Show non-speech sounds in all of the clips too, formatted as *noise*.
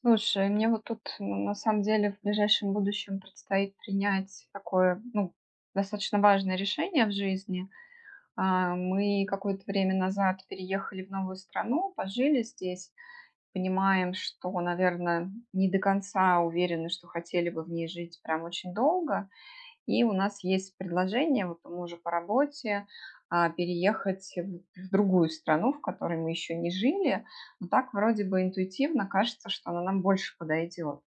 Слушай, мне вот тут, на самом деле, в ближайшем будущем предстоит принять такое, ну, достаточно важное решение в жизни. Мы какое-то время назад переехали в новую страну, пожили здесь. Понимаем, что, наверное, не до конца уверены, что хотели бы в ней жить прям очень долго. И у нас есть предложение вот у мужа по работе переехать в другую страну, в которой мы еще не жили. Но так вроде бы интуитивно кажется, что она нам больше подойдет.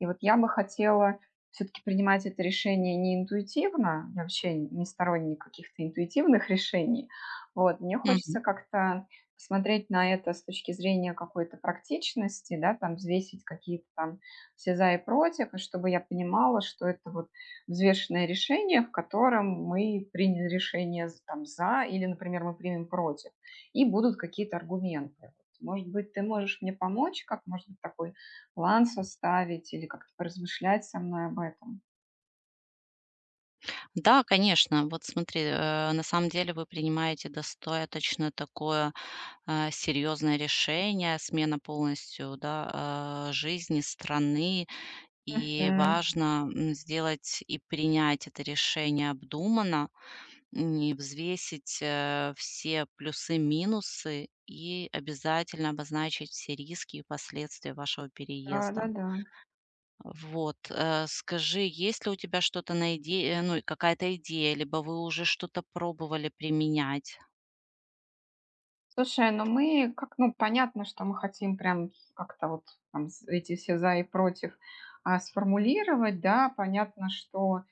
И вот я бы хотела все таки принимать это решение не интуитивно. Я вообще не сторонник каких-то интуитивных решений. Вот. Мне Мгм. хочется как-то посмотреть на это с точки зрения какой-то практичности, да, там взвесить какие-то там все "за" и "против", и чтобы я понимала, что это вот взвешенное решение, в котором мы приняли решение з там "за" или, например, мы примем "против", и будут какие-то аргументы. Вот, может быть, ты можешь мне помочь? Как, может быть, такой план составить или как-то поразмышлять со мной об этом. Да, конечно. Вот смотри, на самом деле вы принимаете достаточно такое серьезное решение, смена полностью, да, жизни страны. И Мгм. важно, сделать и принять это решение обдуманно, и взвесить все плюсы, минусы и обязательно обозначить все риски и последствия вашего переезда. Да-да-да. Вот, скажи, есть ли у тебя что-то ну, и какая-то идея, либо вы уже что-то пробовали применять? Слушай, ну мы как, ну понятно, что мы хотим прям как-то вот там эти все за и против сформулировать, да, понятно, что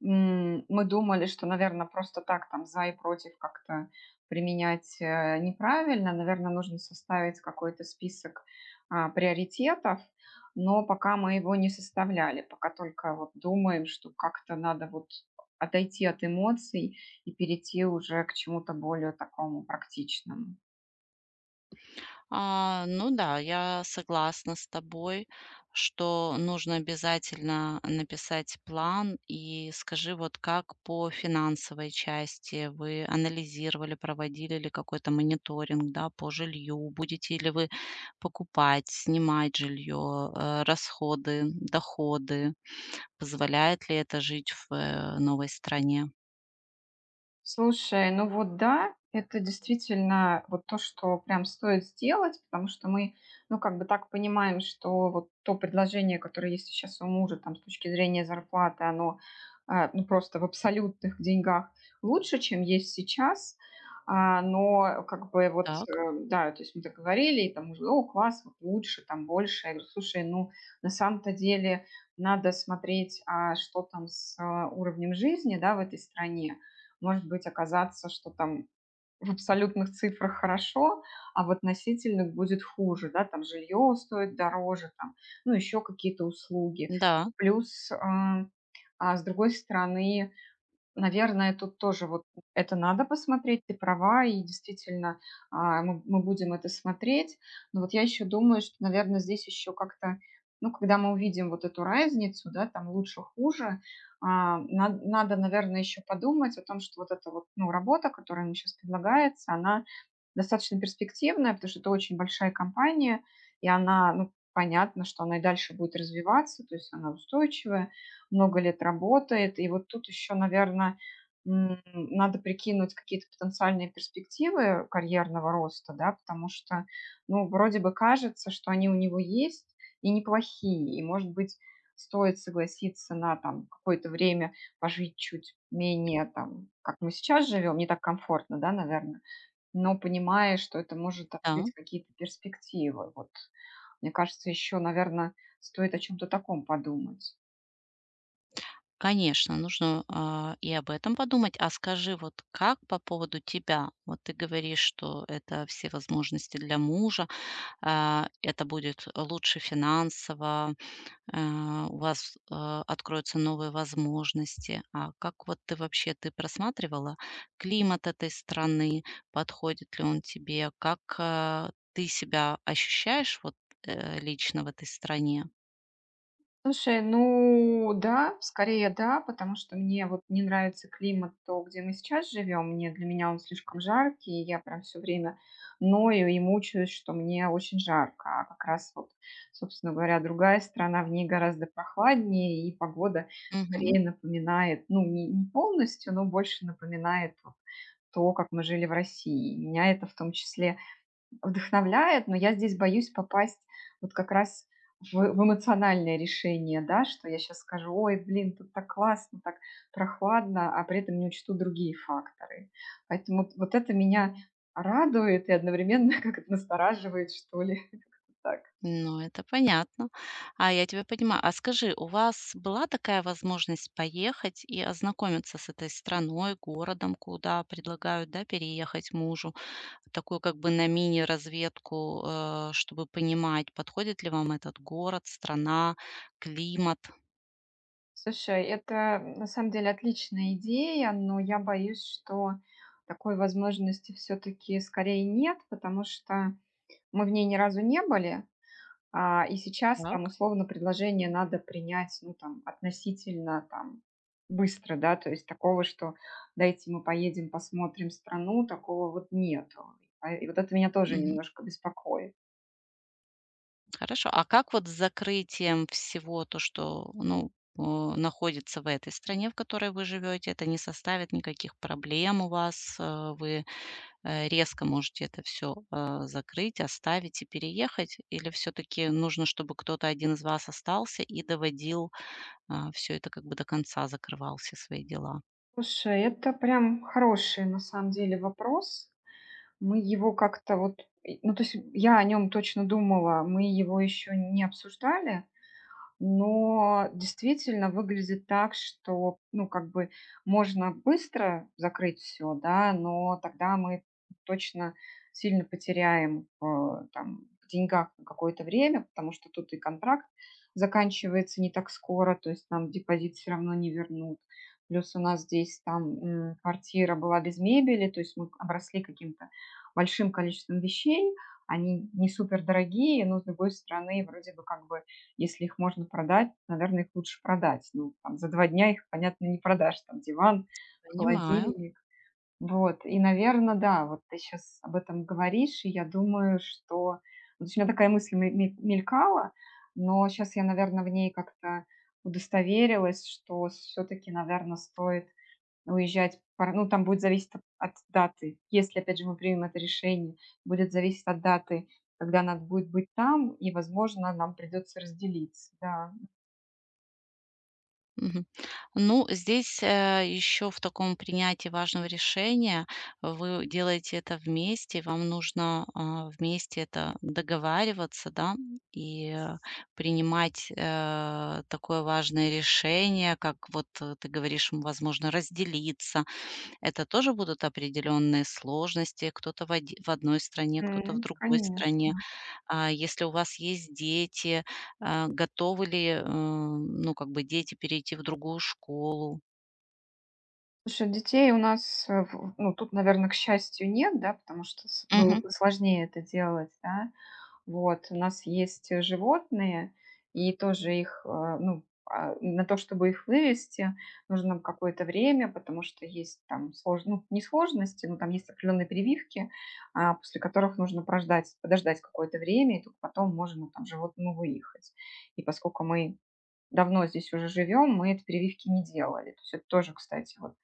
Мы думали, что, наверное, просто так там "за" и "против" как-то применять, неправильно. Наверное, нужно составить какой-то список, приоритетов, но пока мы его не составляли, пока только вот думаем, что как-то надо вот отойти от эмоций и перейти уже к чему-то более такому практичному. Ну да, я согласна с тобой, что нужно обязательно написать план. И скажи, вот как по финансовой части вы анализировали, проводили ли какой-то мониторинг, да, по жилью? Будете ли вы покупать, снимать жилье, расходы, доходы? Позволяет ли это жить в, новой стране? Слушай, ну вот да, это действительно вот то, что прям стоит сделать, потому что мы, ну, как бы так понимаем, что вот то предложение, которое есть сейчас у мужа, там, с точки зрения зарплаты, оно, ну, просто в абсолютных деньгах лучше, чем есть сейчас. Но как бы вот, Так, да, то есть мы так говорили, и там муж говорит, о, класс, вот лучше, там, больше. Я говорю, слушай, ну, на самом-то деле надо смотреть, а что там с уровнем жизни, да, в этой стране, может быть, оказаться, что там в абсолютных цифрах хорошо, а в относительных будет хуже, да, там жилье стоит дороже, там, ну, еще какие-то услуги. да, Плюс, а с другой стороны, наверное, тут тоже вот это надо посмотреть, ты права, и действительно, а, мы будем это смотреть. Но вот я еще думаю, что, наверное, здесь еще как-то, ну, когда мы увидим вот эту разницу, да, там лучше, хуже, а, надо, наверное, еще подумать о том, что вот эта вот, ну, работа, которая мне сейчас предлагается, она достаточно перспективная, потому что это очень большая компания, и она, ну, понятно, что она и дальше будет развиваться, то есть она устойчивая, много лет работает. И вот тут еще, наверное, надо прикинуть какие-то потенциальные перспективы карьерного роста, да, потому что, ну, вроде бы кажется, что они у него есть и неплохие, и, может быть, стоит согласиться на там какое-то время пожить чуть менее там, как мы сейчас живем, не так комфортно, да, наверное, но понимая, что это может да, открыть какие-то перспективы. Вот, мне кажется, еще, наверное, стоит о чем-то таком подумать. конечно, нужно, и об этом подумать. А скажи, вот как по поводу тебя? Вот ты говоришь, что это все возможности для мужа, это будет лучше финансово. У вас, откроются новые возможности. А как вот ты вообще, ты просматривала климат этой страны, подходит ли он тебе? Как, ты себя ощущаешь вот, лично в этой стране? Слушай, ну да, скорее да, потому что мне вот не нравится климат, то, где мы сейчас живем, мне для меня он слишком жаркий, и я прям все время ною и мучаюсь, что мне очень жарко, а как раз вот, собственно говоря, другая страна, в ней гораздо прохладнее, и погода скорее напоминает, ну не, не полностью, но больше напоминает вот то, как мы жили в России. Меня это в том числе вдохновляет, но я здесь боюсь попасть вот как раз в эмоциональное решение, да, что я сейчас скажу, ой, блин, тут так классно, так прохладно, а при этом не учту другие факторы. Поэтому вот, вот это меня радует и одновременно *laughs* как-то настораживает, что ли. *laughs* Так. Ну, это понятно. А я тебя понимаю. А скажи, у вас была такая возможность поехать и ознакомиться с этой страной, городом, куда предлагают, да, переехать мужу? Такую как бы на мини-разведку, чтобы понимать, подходит ли вам этот город, страна, климат. Слушай, это на самом деле отличная идея, но я боюсь, что такой возможности все-таки скорее нет, потому что мы в ней ни разу не были, и сейчас там, Так? условно, предложение надо принять, ну, там, относительно, там, быстро, да, то есть такого, что дайте мы поедем, посмотрим страну, такого вот нету. И вот это меня тоже Мгм. немножко беспокоит. Хорошо. А как вот с закрытием всего то, что, ну, находится в этой стране, в которой вы живете, это не составит никаких проблем у вас? Вы резко можете это все закрыть, оставить и переехать? Или все таки нужно, чтобы кто-то один из вас остался и доводил все это как бы до конца, закрывал все свои дела? Слушай, это прям хороший, на самом деле, вопрос. Мы его как-то вот, и, ну, то есть я о нем точно думала, мы его еще не обсуждали, но действительно выглядит так, что, ну, как бы можно быстро закрыть все, да, но тогда мы точно сильно потеряем в, там, в деньгах на какое-то время, потому что тут и контракт заканчивается не так скоро, то есть нам депозит все равно не вернут. Плюс у нас здесь там, квартира была без мебели, то есть мы обросли каким-то большим количеством вещей, они не супер дорогие, но, с другой стороны, вроде бы как бы если их можно продать, наверное, их лучше продать. Ну, там, за 2 дня их, понятно, не продашь, там, диван, Понимаю. холодильник. Вот, и, наверное, да, вот ты сейчас об этом говоришь, и я думаю, что ну, то есть у меня такая мысль ме ме мелькала, но сейчас я, наверное, в ней как-то удостоверилась, что все таки наверное, стоит уезжать пар ну, там будет зависеть от даты. Если, опять же, мы примем это решение, будет зависеть от даты, когда надо будет быть там, и, возможно, нам придется разделиться. Да, Мгм. Ну, здесь, еще в таком принятии важного решения вы делаете это вместе, вам нужно, вместе это договариваться, да, и, принимать, такое важное решение, как вот, ты говоришь, возможно, разделиться. Это тоже будут определенные сложности. Кто-то в одной стране, кто-то в м. другой стране. Конечно. А если у вас есть дети, готовы ли, ну, как бы дети перейти в другую школу? Слушай, детей у нас, в ну, тут, наверное к счастью, нет, да, потому что с было Мгм. бы сложнее это делать, да. Вот. У нас есть животные, и тоже их, ну, а, на то, чтобы их вывести, нужно какое-то время, потому что есть там слож... ну, не сложности, но там есть определенные прививки, после которых нужно прождать, подождать какое-то время, и только потом можно там животному выехать. И поскольку мы давно здесь уже живем, мы эти прививки не делали. То есть это тоже, кстати, вот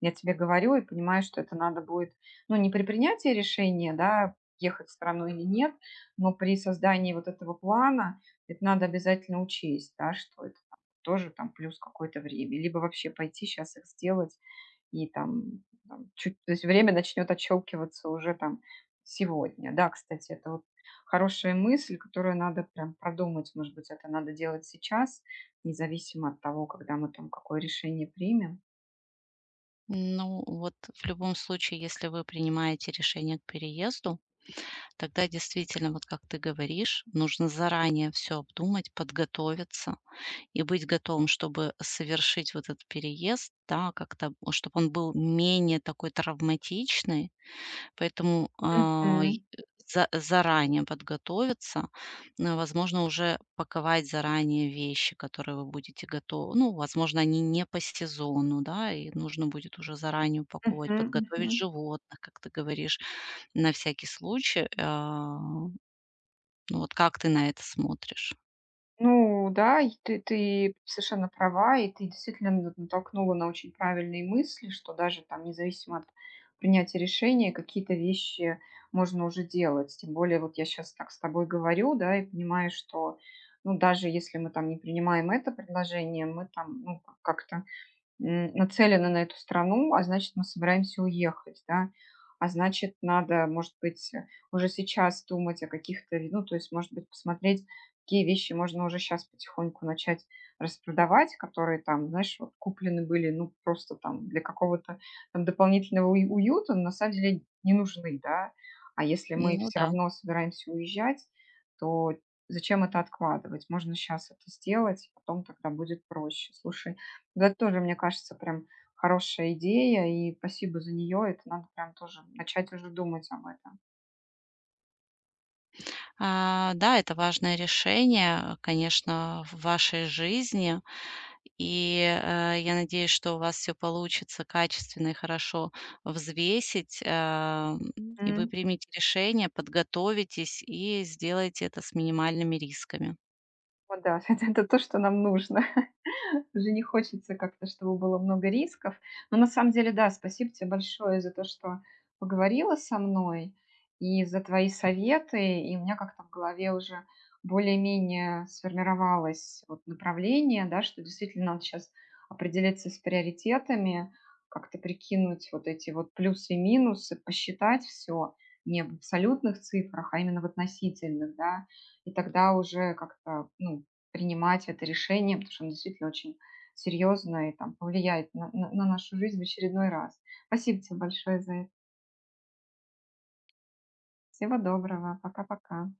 я тебе говорю и понимаю, что это надо будет, ну, не принятии решения, да, ехать в страну или нет, но при создании вот этого плана это надо обязательно учесть, да, что это там тоже там плюс какое-то время, либо вообще пойти сейчас их сделать и там, там чуть, то есть время начнет отщелкиваться уже там сегодня. Да, кстати, это вот хорошая мысль, которую надо прям продумать, может быть, это надо делать сейчас, независимо от того, когда мы там какое решение примем. Ну, вот в любом случае, если вы принимаете решение к переезду, тогда действительно, вот как ты говоришь, нужно заранее все обдумать, подготовиться и быть готовым, чтобы совершить вот этот переезд, да, как-то, чтобы он был менее такой травматичный. Поэтому, Мгм. За заранее подготовиться, ну, возможно, уже паковать заранее вещи, которые вы будете готовы, ну, возможно, они не по сезону, да, и нужно будет уже заранее упаковывать, Мгм. подготовить Мгм. животных, как ты говоришь, на всякий случай. Ну, вот как ты на это смотришь? Ну да, и ты совершенно права, и ты действительно н натолкнула на очень правильные мысли, что даже там независимо от принятия решения какие-то вещи можно уже делать. Тем более вот я сейчас так с тобой говорю, да, и понимаю, что, ну, даже если мы там не принимаем это предложение, мы там, ну, как-то нацелены на эту страну, а значит, мы собираемся уехать, да. А значит, надо, может быть, уже сейчас думать о каких-то, ну, то есть, может быть, посмотреть, какие вещи можно уже сейчас потихоньку начать распродавать, которые там, знаешь, вот куплены были, ну, просто там для какого-то там дополнительного уюта, но на самом деле не нужны, да. А если мы Ну все да. равно собираемся уезжать, то зачем это откладывать? Можно сейчас это сделать, потом тогда будет проще. Слушай, да, это тоже, мне кажется, прям хорошая идея, и спасибо за нее. Это надо прям тоже начать уже думать об этом. Да, это важное решение, конечно, в вашей жизни. И, я надеюсь, что у вас все получится качественно и хорошо взвесить, и вы примете решение, подготовитесь и сделаете это с минимальными рисками. Вот да, *laughs* это то, что нам нужно. *laughs* Уже не хочется как-то, чтобы было много рисков. Но на самом деле, да, спасибо тебе большое за то, что поговорила со мной и за твои советы. И у меня как-то в голове уже более-менее сформировалось вот направление, да, что действительно надо сейчас определиться с приоритетами, как-то прикинуть вот эти вот плюсы и минусы, посчитать все не в абсолютных цифрах, а именно в относительных, да, и тогда уже как-то, ну, принимать это решение, потому что оно действительно очень серьезно и там повлияет на на нашу жизнь в очередной раз. Спасибо тебе большое за это. Всего доброго. Пока-пока.